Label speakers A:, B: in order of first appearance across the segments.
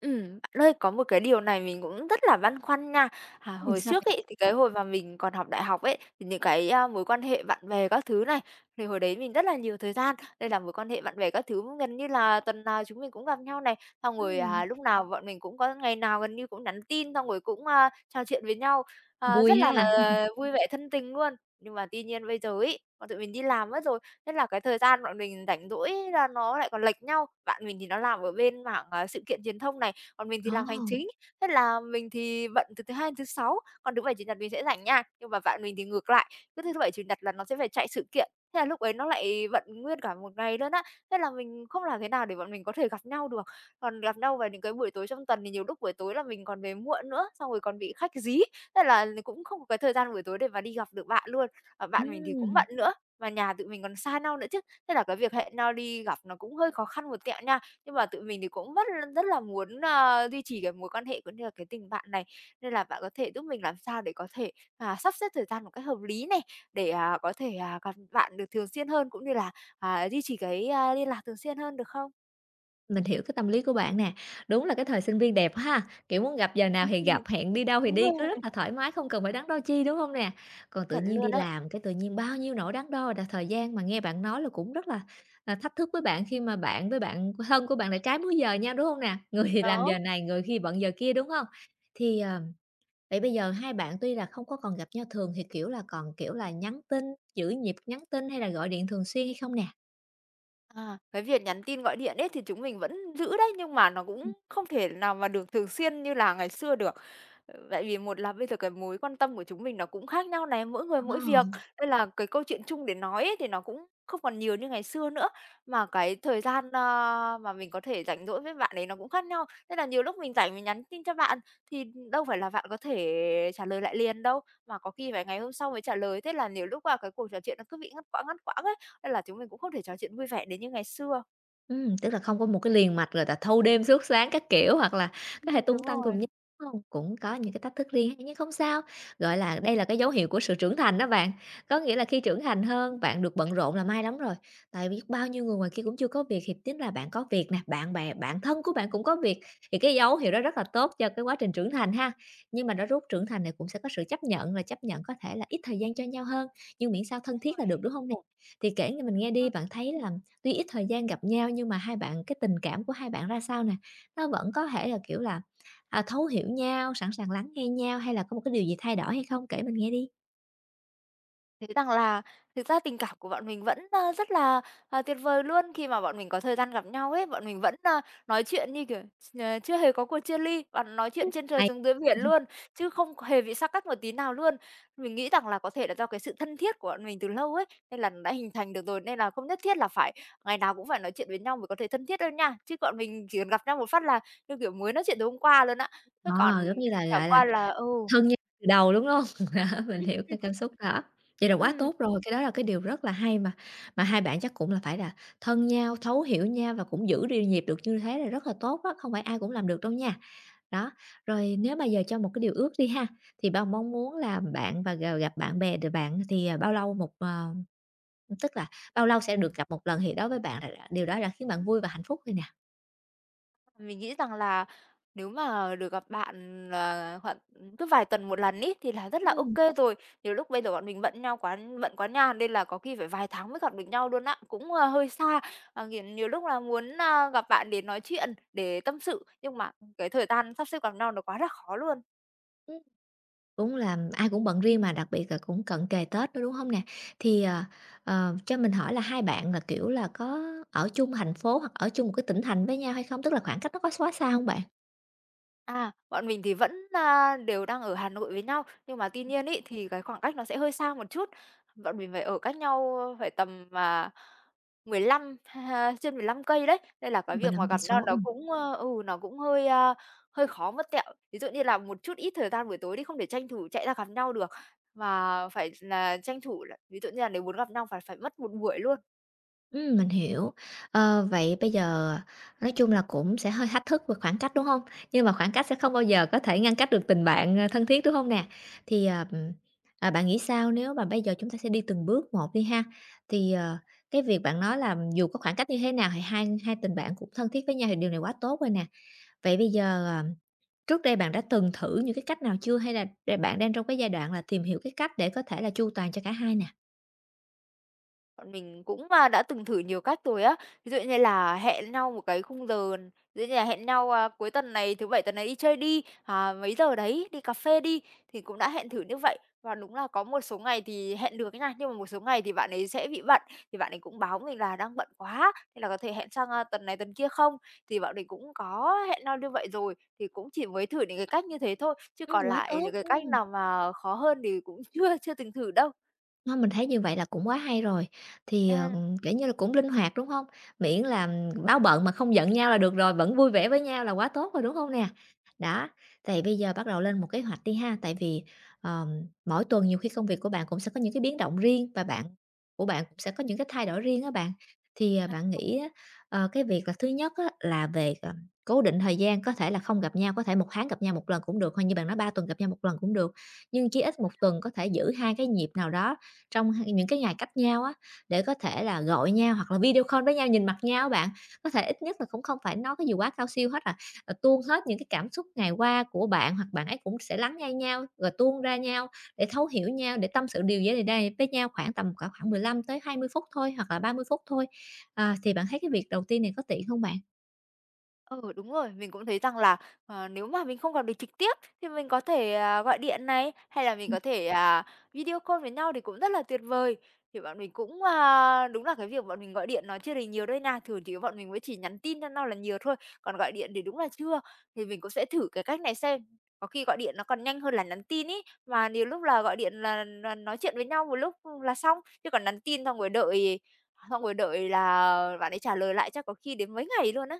A: Bạn ơi, có một cái điều này mình cũng rất là băn khoăn nha. Hồi
B: Sao
A: trước
B: vậy?
A: ấy, thì cái hồi mà mình còn học đại học ấy, thì những cái, mối quan hệ bạn bè các thứ này, thì hồi đấy mình rất là nhiều thời gian, nên là mối quan hệ bạn bè các thứ gần như là tuần nào chúng mình cũng gặp nhau này, xong rồi,
B: Ừm,
A: lúc nào bọn mình cũng có ngày nào gần như cũng nhắn tin, xong rồi cũng, trò chuyện với nhau, à, rất
B: vui
A: là
B: ha.
A: vui vẻ thân tình luôn. Nhưng mà tuy nhiên bây giờ ấy, bọn tụi mình đi làm mất rồi, nên là cái thời gian bọn mình rảnh rỗi là nó lại còn lệch nhau. Bạn mình thì nó làm ở bên mảng, sự kiện truyền thông này, còn mình thì
B: Ồ,
A: làm hành chính. Thế là mình thì bận từ thứ Hai đến thứ Sáu, còn thứ Bảy, Chủ nhật mình sẽ rảnh nha. Nhưng mà bạn mình thì ngược lại, cứ thứ Bảy, Chủ nhật là nó sẽ phải chạy sự kiện, thế là lúc ấy nó lại bận nguyên cả một ngày luôn á. Thế là mình không làm thế nào để bọn mình có thể gặp nhau được. Còn gặp nhau vào những cái buổi tối trong tuần thì nhiều lúc buổi tối là mình còn về muộn nữa, xong rồi còn bị khách dí, thế là cũng không có cái thời gian buổi tối để mà đi gặp được bạn luôn. Và bạn mình thì cũng
B: ừm,
A: bận nữa. Và nhà tụi mình còn xa nhau nữa chứ, thế là cái việc hẹn nhau đi gặp nó cũng hơi khó khăn một tẹo nha. Nhưng mà tụi mình thì cũng rất rất là muốn, duy trì cái mối quan hệ cũng như là cái tình bạn này, nên là bạn có thể giúp mình làm sao để có thể, sắp xếp thời gian một cách hợp lý này, để, có thể, gặp bạn được thường xuyên hơn cũng như là, duy trì cái, liên lạc thường xuyên hơn, được không?
B: mình hiểu cái tâm lý của bạn nè. Đúng là cái thời sinh viên đẹp ha, kiểu, muốn gặp giờ nào
A: Ừm,
B: thì
A: ừm.
B: gặp, hẹn đi đâu thì
A: Đúng
B: đi, cứ
A: rồi,
B: rất là thoải mái, không cần phải đắn đo chi, đúng không nè? Còn tự
A: chuẩn
B: nhiên
A: luôn
B: đi
A: á.
B: làm cái tự nhiên bao nhiêu nỗi đắn đo là thời gian mà nghe bạn nói là cũng rất là, thách thức với bạn khi mà bạn với bạn thân của bạn lại trái múi giờ nhau, đúng không nè? Người thì làm
A: Đó,
B: giờ này, người khi bận giờ kia, đúng không? Thì, vậy bây giờ hai bạn tuy là không có còn gặp nhau thường thì, kiểu là, còn, kiểu là, nhắn tin, giữ nhịp nhắn tin hay là gọi điện thường xuyên hay không nè?
A: cái việc nhắn tin, gọi điện ấy thì chúng mình vẫn giữ đấy, nhưng mà nó cũng không thể nào mà được thường xuyên như là ngày xưa được. Ừ, tại vì một là bây giờ cái mối quan tâm của chúng mình nó cũng khác nhau này, mỗi người mỗi việc,
B: Ờ.
A: nên là cái câu chuyện chung để nói ấy thì nó cũng không còn nhiều như ngày xưa nữa. Mà cái thời gian, mà mình có thể rảnh rỗi với bạn ấy nó cũng khác nhau, nên là nhiều lúc mình rảnh mình nhắn tin cho bạn thì đâu phải là bạn có thể trả lời lại liền đâu, mà có khi phải ngày hôm sau mới trả lời. Thế là nhiều lúc là cái cuộc trò chuyện nó cứ bị ngắt quãng ấy, nên là chúng mình cũng không thể trò chuyện vui vẻ đến như ngày xưa.
B: Tức là không có một cái liền mạch rồi là thâu đêm suốt sáng các kiểu, hoặc là có thể tung
A: Đúng
B: tăng
A: rồi.
B: cùng nhau, đúng hông? Cũng có những cái thách thức riêng nhưng không sao, gọi là, đây là cái dấu hiệu của sự trưởng thành đó bạn. Có nghĩa là khi trưởng thành hơn, bạn được bận rộn là may lắm rồi, tại biết bao nhiêu người ngoài kia cũng chưa có việc thì chính là bạn có việc nè, bạn bè, bạn thân của bạn cũng có việc, thì cái dấu hiệu đó rất là tốt cho cái quá trình trưởng thành ha. Nhưng mà nó rút trưởng thành này cũng sẽ có sự chấp nhận là chấp nhận có thể là ít thời gian cho nhau hơn, nhưng miễn sao thân thiết là được, đúng không nè? Thì kể nghe mình nghe đi, bạn thấy là tuy ít thời gian gặp nhau nhưng mà hai bạn cái tình cảm của hai bạn ra sao nè? Nó vẫn có thể là, kiểu là, thấu hiểu nhau, sẵn sàng lắng nghe nhau hay là có một cái điều gì thay đổi hay không? Kể mình nghe đi.
A: Thấy rằng là thực ra tình cảm của bọn mình vẫn, rất là, tuyệt vời luôn. Khi mà bọn mình có thời gian gặp nhau ấy, bọn mình vẫn, nói chuyện như kiểu chưa hề có cuộc chia ly, và nói chuyện
B: Ưm.
A: trên trời
B: Hay
A: xuống dưới
B: quá.
A: biển luôn, chứ không có hề bị xa cách một tí nào luôn. Mình nghĩ rằng là có thể là do cái sự thân thiết của bọn mình từ lâu ấy, nên là nó đã hình thành được rồi, nên là không nhất thiết là phải ngày nào cũng phải nói chuyện với nhau mới có thể thân thiết đâu nha. Chứ bọn mình chỉ cần gặp nhau một phát là, như kiểu, mới nói chuyện từ hôm qua luôn á, chứ còn
B: Ờ, giống như là,
A: chẳng
B: gọi là,
A: qua là ừ.
B: thân nhau từ đầu, đúng không? Đó, mình hiểu cái cảm xúc đó. Vậy là quá
A: Ừm.
B: tốt rồi, cái đó là cái điều rất là hay mà hai bạn chắc cũng là phải là thân nhau, thấu hiểu nhau và cũng giữ điều nhịp được như thế là rất là tốt á, không phải ai cũng làm được đâu nha. Đó, rồi nếu mà giờ cho một cái điều ước đi ha, thì bao mong muốn là bạn và gặp bạn bè được bạn thì, bao lâu một tức là bao lâu sẽ được gặp một lần thì đối với bạn là đã điều đó đã khiến bạn vui và hạnh phúc rồi nè.
A: Mình nghĩ rằng là nếu mà được gặp bạn, khoảng cứ vài tuần một lần ấy, thì là rất là
B: Ừm,
A: ok rồi. Nhiều lúc bây giờ bọn mình bận quá nha, nên là có khi phải vài tháng mới gặp được nhau luôn á, cũng, hơi xa. Ờ, nhiều nhiều lúc là muốn, gặp bạn để nói chuyện, để tâm sự, nhưng mà cái thời gian sắp xếp gặp nhau nó quá là khó luôn.
B: ừm. Cũng là ai cũng bận riêng mà, đặc biệt là cũng cận kề Tết nữa, đúng không nè? Thì, cho mình hỏi là hai bạn là, kiểu là, có ở chung thành phố hoặc ở chung một cái tỉnh thành với nhau hay không? Tức là khoảng cách nó có quá xa không bạn?
A: À, bọn mình thì vẫn, đều đang ở Hà Nội với nhau, nhưng mà tuy nhiên ý thì cái khoảng cách nó sẽ hơi xa một chút. Bọn mình phải ở cách nhau phải tầm, 15 ha, trên 15 cây đấy, nên là cái
B: Ừm.
A: việc mà
B: 15 cây
A: gặp nhau
B: số.
A: nó cũng, nó cũng hơi, hơi khó mất tẹo. Ví dụ như là một chút ít thời gian buổi tối đi, không thể tranh thủ chạy ra gặp nhau được, mà phải là tranh thủ là ví dụ như là nếu muốn gặp nhau phải phải mất một buổi luôn.
B: Mình hiểu. Ờ, vậy bây giờ nói chung là cũng sẽ hơi thách thức về khoảng cách, đúng không? Nhưng mà khoảng cách sẽ không bao giờ có thể ngăn cách được tình bạn, thân thiết, đúng không nè? Thì, bạn nghĩ sao nếu mà bây giờ chúng ta sẽ đi từng bước một đi ha? Thì, cái việc bạn nói là dù có khoảng cách như thế nào thì hai hai tình bạn cũng thân thiết với nhau thì điều này quá tốt rồi nè. Vậy bây giờ, trước đây bạn đã từng thử những cái cách nào chưa hay là bạn đang trong cái giai đoạn là tìm hiểu cái cách để có thể là chu toàn cho cả hai nè?
A: Bọn mình cũng, đã từng thử nhiều cách rồi á. Ví dụ như là hẹn nhau một cái khung giờ, ví dụ như là hẹn nhau, cuối tuần này, thứ Bảy tuần này đi chơi đi, mấy giờ đấy, đi cà phê đi, thì cũng đã hẹn thử như vậy. Và đúng là có một số ngày thì hẹn được ấy nha, nhưng mà một số ngày thì bạn ấy sẽ bị bận, thì bạn ấy cũng báo mình là "Đang bận quá, nên là có thể hẹn sang, tuần này tuần kia không?" Thì bọn mình cũng có hẹn nhau như vậy rồi, thì cũng chỉ mới thử những cái cách như thế thôi, chứ còn
B: Quá
A: lại
B: tốt,
A: những cái cách
B: ừm.
A: nào mà khó hơn thì cũng chưa chưa từng thử đâu.
B: Ơ, mình thấy như vậy là cũng quá hay rồi, thì,
A: À. à.
B: kiểu như là, cũng linh hoạt, đúng hông? Miễn là, báo bận mà không giận nhau là được rồi, vẫn vui vẻ với nhau là quá tốt rồi, đúng hông nè? Đó, thì bây giờ bắt đầu lên một kế hoạch đi ha, tại vì, mỗi tuần nhiều khi công việc của bạn cũng sẽ có những cái biến động riêng và bạn của bạn cũng sẽ có những cái thay đổi riêng á bạn. Thì, bạn nghĩ á, cái việc là thứ nhất á là về, cố định thời gian, có thể là không gặp nhau, có thể một tháng gặp nhau một lần cũng được, hoặc như bạn nói 3 tuần gặp nhau một lần cũng được, nhưng chí ít một tuần có thể giữ 2 cái nhịp nào đó trong những cái ngày cách nhau á, để có thể là gọi nhau hoặc là video call với nhau, nhìn mặt nhau bạn, có thể ít nhất là cũng không phải nói cái gì quá cao siêu hết à, tuôn hết những cái cảm xúc ngày qua của bạn hoặc bạn ấy cũng sẽ lắng nghe nhau, rồi tuôn ra nhau để thấu hiểu nhau, để tâm sự điều gì đây với nhau khoảng tầm cả khoảng 15 tới 20 phút thôi, hoặc là 30 phút thôi. À, thì bạn thấy cái việc đầu tiên này có tiện không bạn? Ừ.
A: Ừ, đúng rồi. Mình cũng thấy rằng là, nếu mà mình không gặp được trực tiếp thì mình có thể, gọi điện này, hay là mình có thể, video call với nhau thì cũng rất là tuyệt vời. Thì bọn mình cũng, đúng là cái việc bọn mình gọi điện nó chưa được nhiều đây nè thường thì bọn mình mới chỉ nhắn tin cho nhau là nhiều thôi, còn gọi điện thì đúng là chưa. Thì mình cũng sẽ thử cái cách này xem, có khi gọi điện nó còn nhanh hơn là nhắn tin ấy, mà nhiều lúc là gọi điện là nói chuyện với nhau một lúc là xong, chứ còn nhắn tin xong rồi đợi là bạn ấy trả lời lại chắc có khi đến mấy ngày luôn á.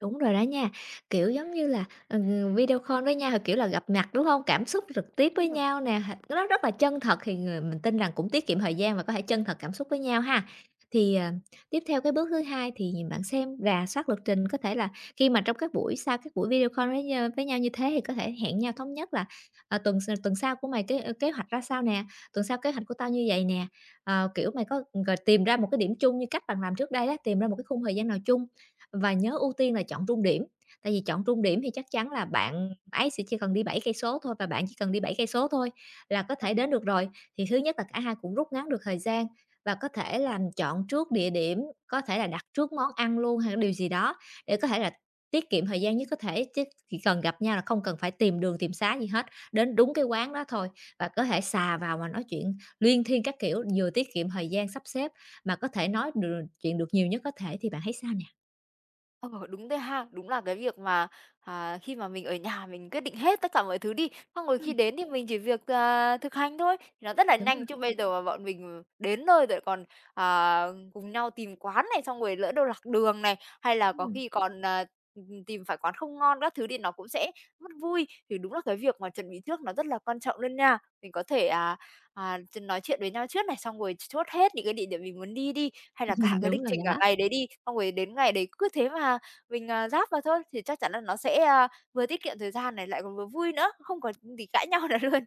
B: Đúng rồi đó nha, kiểu, giống như là, video call với nhau thì, kiểu là, gặp mặt, đúng không? Cảm xúc trực tiếp với
A: Ừm.
B: nhau nè, nó rất là chân thật thì người mình tin rằng cũng tiết kiệm thời gian và có thể chân thật cảm xúc với nhau ha. Thì, tiếp theo cái bước thứ hai thì bạn xem rà soát lịch trình, có thể là khi mà trong các buổi sau các buổi video call với với nhau như thế thì có thể hẹn nhau thống nhất là, "Tuần tuần sau của mày cái kế hoạch ra sao nè? Tuần sau kế hoạch của tao như vậy nè." Ờ,
A: Ừm,
B: kiểu, mày có rồi tìm ra một cái điểm chung như cách bạn làm trước đây đó tìm ra một cái khung thời gian nào chung và nhớ ưu tiên là chọn trung điểm, tại vì chọn trung điểm thì chắc chắn là bạn ấy sẽ chỉ cần đi 7 cây số thôi và bạn chỉ cần đi 7 cây số thôi là có
A: a,
B: thể đến được rồi. Thì thứ nhất là cả hai cũng rút ngắn được thời gian và có thể là chọn trước địa điểm, có thể là đặt trước món ăn luôn hay điều gì đó để có thể là tiết kiệm thời gian nhất có thể, chứ chỉ cần gặp nhau là không cần phải tìm đường tìm xá gì hết, đến đúng cái quán đó thôi và có thể xà vào mà nói chuyện luyên thuyên các kiểu, vừa tiết kiệm thời gian sắp xếp mà có thể nói được chuyện được nhiều nhất có thể, thì bạn thấy sao nè?
A: ờ, đúng rồi ha. Đúng là cái việc mà, khi mà mình ở nhà mình quyết định hết tất cả mọi thứ đi, xong rồi khi đến thì mình chỉ việc, thực hành thôi, thì nó rất là
B: Đúng
A: nhanh.
B: rồi,
A: Chứ bây giờ mà bọn mình đến nơi rồi còn, à, cùng nhau tìm quán này, xong rồi lỡ đâu lạc đường này, hay là có
B: ừm,
A: khi còn, tìm phải quán không ngon các thứ thì nó cũng sẽ mất vui. Thì đúng là cái việc mà chuẩn bị trước nó rất là quan trọng luôn nha. Mình có thể, à, à, ch nói chuyện với nhau trước này, xong rồi chốt hết những cái địa điểm mình muốn đi đi. Hay là cả cái lịch
B: đúng rồi
A: trình cả
B: đó.
A: ngày đấy đi, xong rồi đến ngày đấy cứ thế mà mình, ráp vào thôi, thì chắc chắn là nó sẽ, vừa tiết kiệm thời gian này, lại còn vừa vui nữa, không còn gì cãi nhau nữa luôn.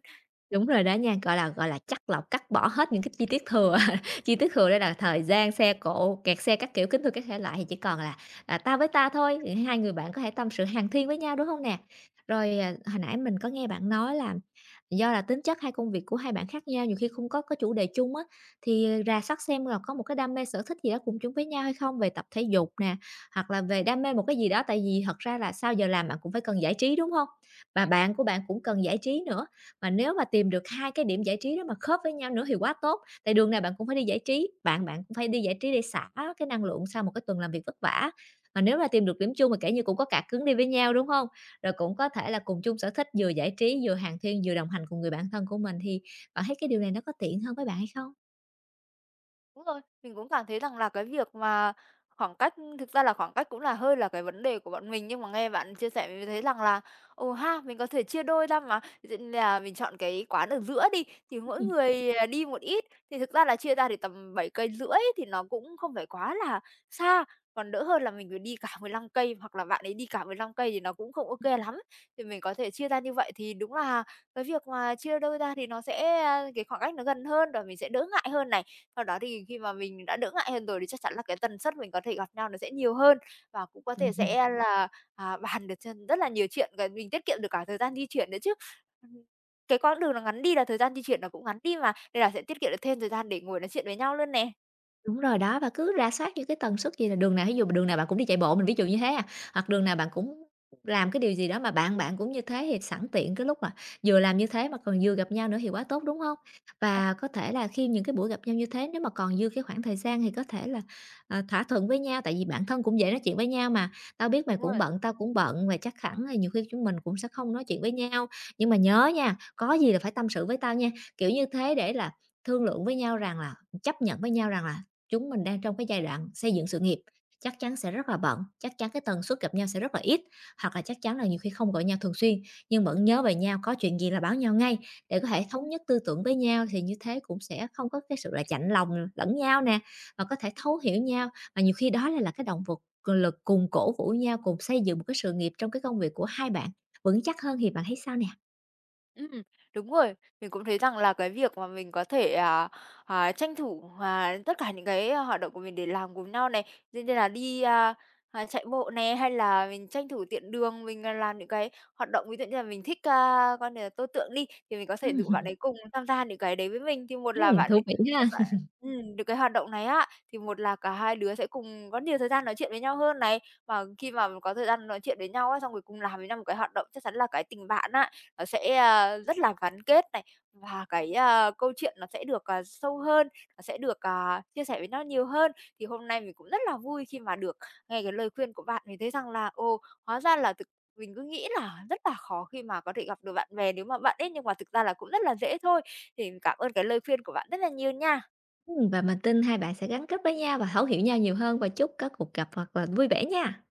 B: Đúng rồi đó nha, gọi là, chắt lọc, cắt bỏ hết những cái chi tiết thừa, chi tiết thừa đây là thời gian, xe cộ, kẹt xe các kiểu, kính thưa các thể loại thì chỉ còn là, "ta với ta" thôi, thì hai người bạn có thể tâm sự hàn huyên với nhau, đúng không nè? Rồi, hồi nãy mình có nghe bạn nói là do là tính chất hai công việc của hai bạn khác nhau, nhiều khi không có chủ đề chung á, thì, rà soát xem là có một cái đam mê sở thích gì đó cùng chung với nhau hay không, về tập thể dục nè, hoặc là về đam mê một cái gì đó, tại vì thật ra là sau giờ làm bạn cũng phải cần giải trí, đúng không? Và bạn của bạn cũng cần giải trí nữa. Mà nếu mà tìm được 2 cái điểm giải trí đó mà khớp với nhau nữa thì quá tốt, tại đường nào bạn cũng phải đi giải trí, bạn bạn cũng phải đi giải trí để xả cái năng lượng sau một cái tuần làm việc vất vả. Mà nếu mà tìm được điểm chung thì kể như cũng có cả cứng đi với nhau, đúng không? Rồi cũng có thể là cùng chung sở thích, vừa giải trí, vừa hàng huyên, vừa đồng hành cùng người bạn thân của mình thì bạn thấy cái điều này nó có tiện hơn với bạn hay không?
A: Đúng rồi, mình cũng cảm thấy rằng là cái việc mà khoảng cách thực ra là khoảng cách cũng là hơi là cái vấn đề của bọn mình, nhưng mà nghe bạn chia sẻ mình thấy rằng là, ừ ha, mình có thể chia đôi ra mà. Ví dụ như là mình chọn cái quán ở giữa đi, thì mỗi
B: Ừm.
A: người, đi một ít, thì thực ra là chia ra thì tầm 7 cây rưỡi thì nó cũng không phải quá là xa, còn đỡ hơn là mình phải đi cả 15 cây, hoặc là bạn ấy đi cả 15 cây thì nó cũng không ok lắm. Thì mình có thể chia ra như vậy thì đúng là cái việc mà chia đôi ra thì nó sẽ, cái khoảng cách nó gần hơn và mình sẽ đỡ ngại hơn này. Sau đó thì khi mà mình đã đỡ ngại hơn rồi thì chắc chắn là cái tần suất mình có thể gặp nhau nó sẽ nhiều hơn và cũng có thể sẽ là, bàn được cho rất là nhiều chuyện và mình tiết kiệm được cả thời gian di chuyển nữa chứ. Ừm, cái quãng đường nó ngắn đi là thời gian di chuyển nó cũng ngắn đi mà, nên là sẽ tiết kiệm được thêm thời gian để ngồi nói chuyện với nhau luôn nè.
B: Đúng rồi đó, và cứ rà soát những cái tần suất gì là đường nào thí dụ đường nào bạn cũng đi chạy bộ, mình ví dụ như thế à, hoặc đường nào bạn cũng làm cái điều gì đó mà bạn bạn cũng như thế thì sẵn tiện cái lúc mà vừa làm như thế mà còn vừa gặp nhau nữa thì quá tốt, đúng không?
A: À,
B: Và có thể là khi những cái buổi gặp nhau như thế nếu mà còn dư cái khoảng thời gian thì có thể là, thỏa thuận với nhau, tại vì bản thân cũng dễ nói chuyện với nhau mà, "Tao biết mày
A: đúng rồi.
B: cũng bận, tao cũng bận và chắc hẳn là nhiều khi chúng mình cũng sẽ không nói chuyện với nhau, nhưng mà nhớ nha, có gì là phải tâm sự với tao nha." Kiểu như thế để là thương lượng với nhau rằng là chấp nhận với nhau rằng là chúng mình đang trong cái giai đoạn xây dựng sự nghiệp, chắc chắn sẽ rất là bận, chắc chắn cái tần suất gặp nhau sẽ rất là ít, hoặc là chắc chắn là nhiều khi không gọi nhau thường xuyên, nhưng vẫn nhớ về nhau, có chuyện gì là báo nhau ngay để có thể thống
A: Ừm,
B: nhất tư tưởng với nhau, thì như thế cũng sẽ không có cái sự là chạnh lòng lẫn nhau nè, và có thể
A: ừm.
B: thấu hiểu nhau. Và nhiều khi đó là cái động vật lực cùng cổ vũ nhau, cùng xây dựng một cái sự nghiệp trong cái công việc của hai bạn vững chắc hơn thì bạn thấy sao nè?
A: Ừm, đúng rồi. Mình cũng thấy rằng là cái việc mà mình có thể, tranh thủ, tất cả những cái hoạt động của mình để làm cùng nhau này, như như là đi, chạy bộ này hay là mình tranh thủ tiện đường, mình, làm những cái hoạt động ví dụ như là mình thích, con này là tô tượng đi, thì mình có thể rủ
B: Ừm,
A: bạn ấy cùng tham gia những cái đấy với mình. Thì một là bạn ấy
B: thú vị ha!
A: bạn được cái hoạt động này á, thì một là cả hai đứa sẽ cùng có nhiều thời gian nói chuyện với nhau hơn này, và khi mà có thời gian nói chuyện với nhau á, xong rồi cùng làm với nhau một cái hoạt động chắc chắn là cái tình bạn á nó sẽ, rất là gắn kết này, và cái, câu chuyện nó sẽ được, sâu hơn, nó sẽ được, chia sẻ với nó nhiều hơn. Thì hôm nay mình cũng rất là vui khi mà được nghe cái lời khuyên của bạn, mình thấy rằng là, hóa ra là mình cứ nghĩ là rất là khó khi mà có thể gặp được bạn bè nếu mà bạn ấy, nhưng mà thực ra là cũng rất là dễ thôi. Thì cảm ơn cái lời khuyên của bạn rất là nhiều nha.
B: Và mình tin hai bạn sẽ gắn kết với nhau và thấu hiểu nhau nhiều hơn và chúc có cuộc gặp hoặc là vui vẻ nha.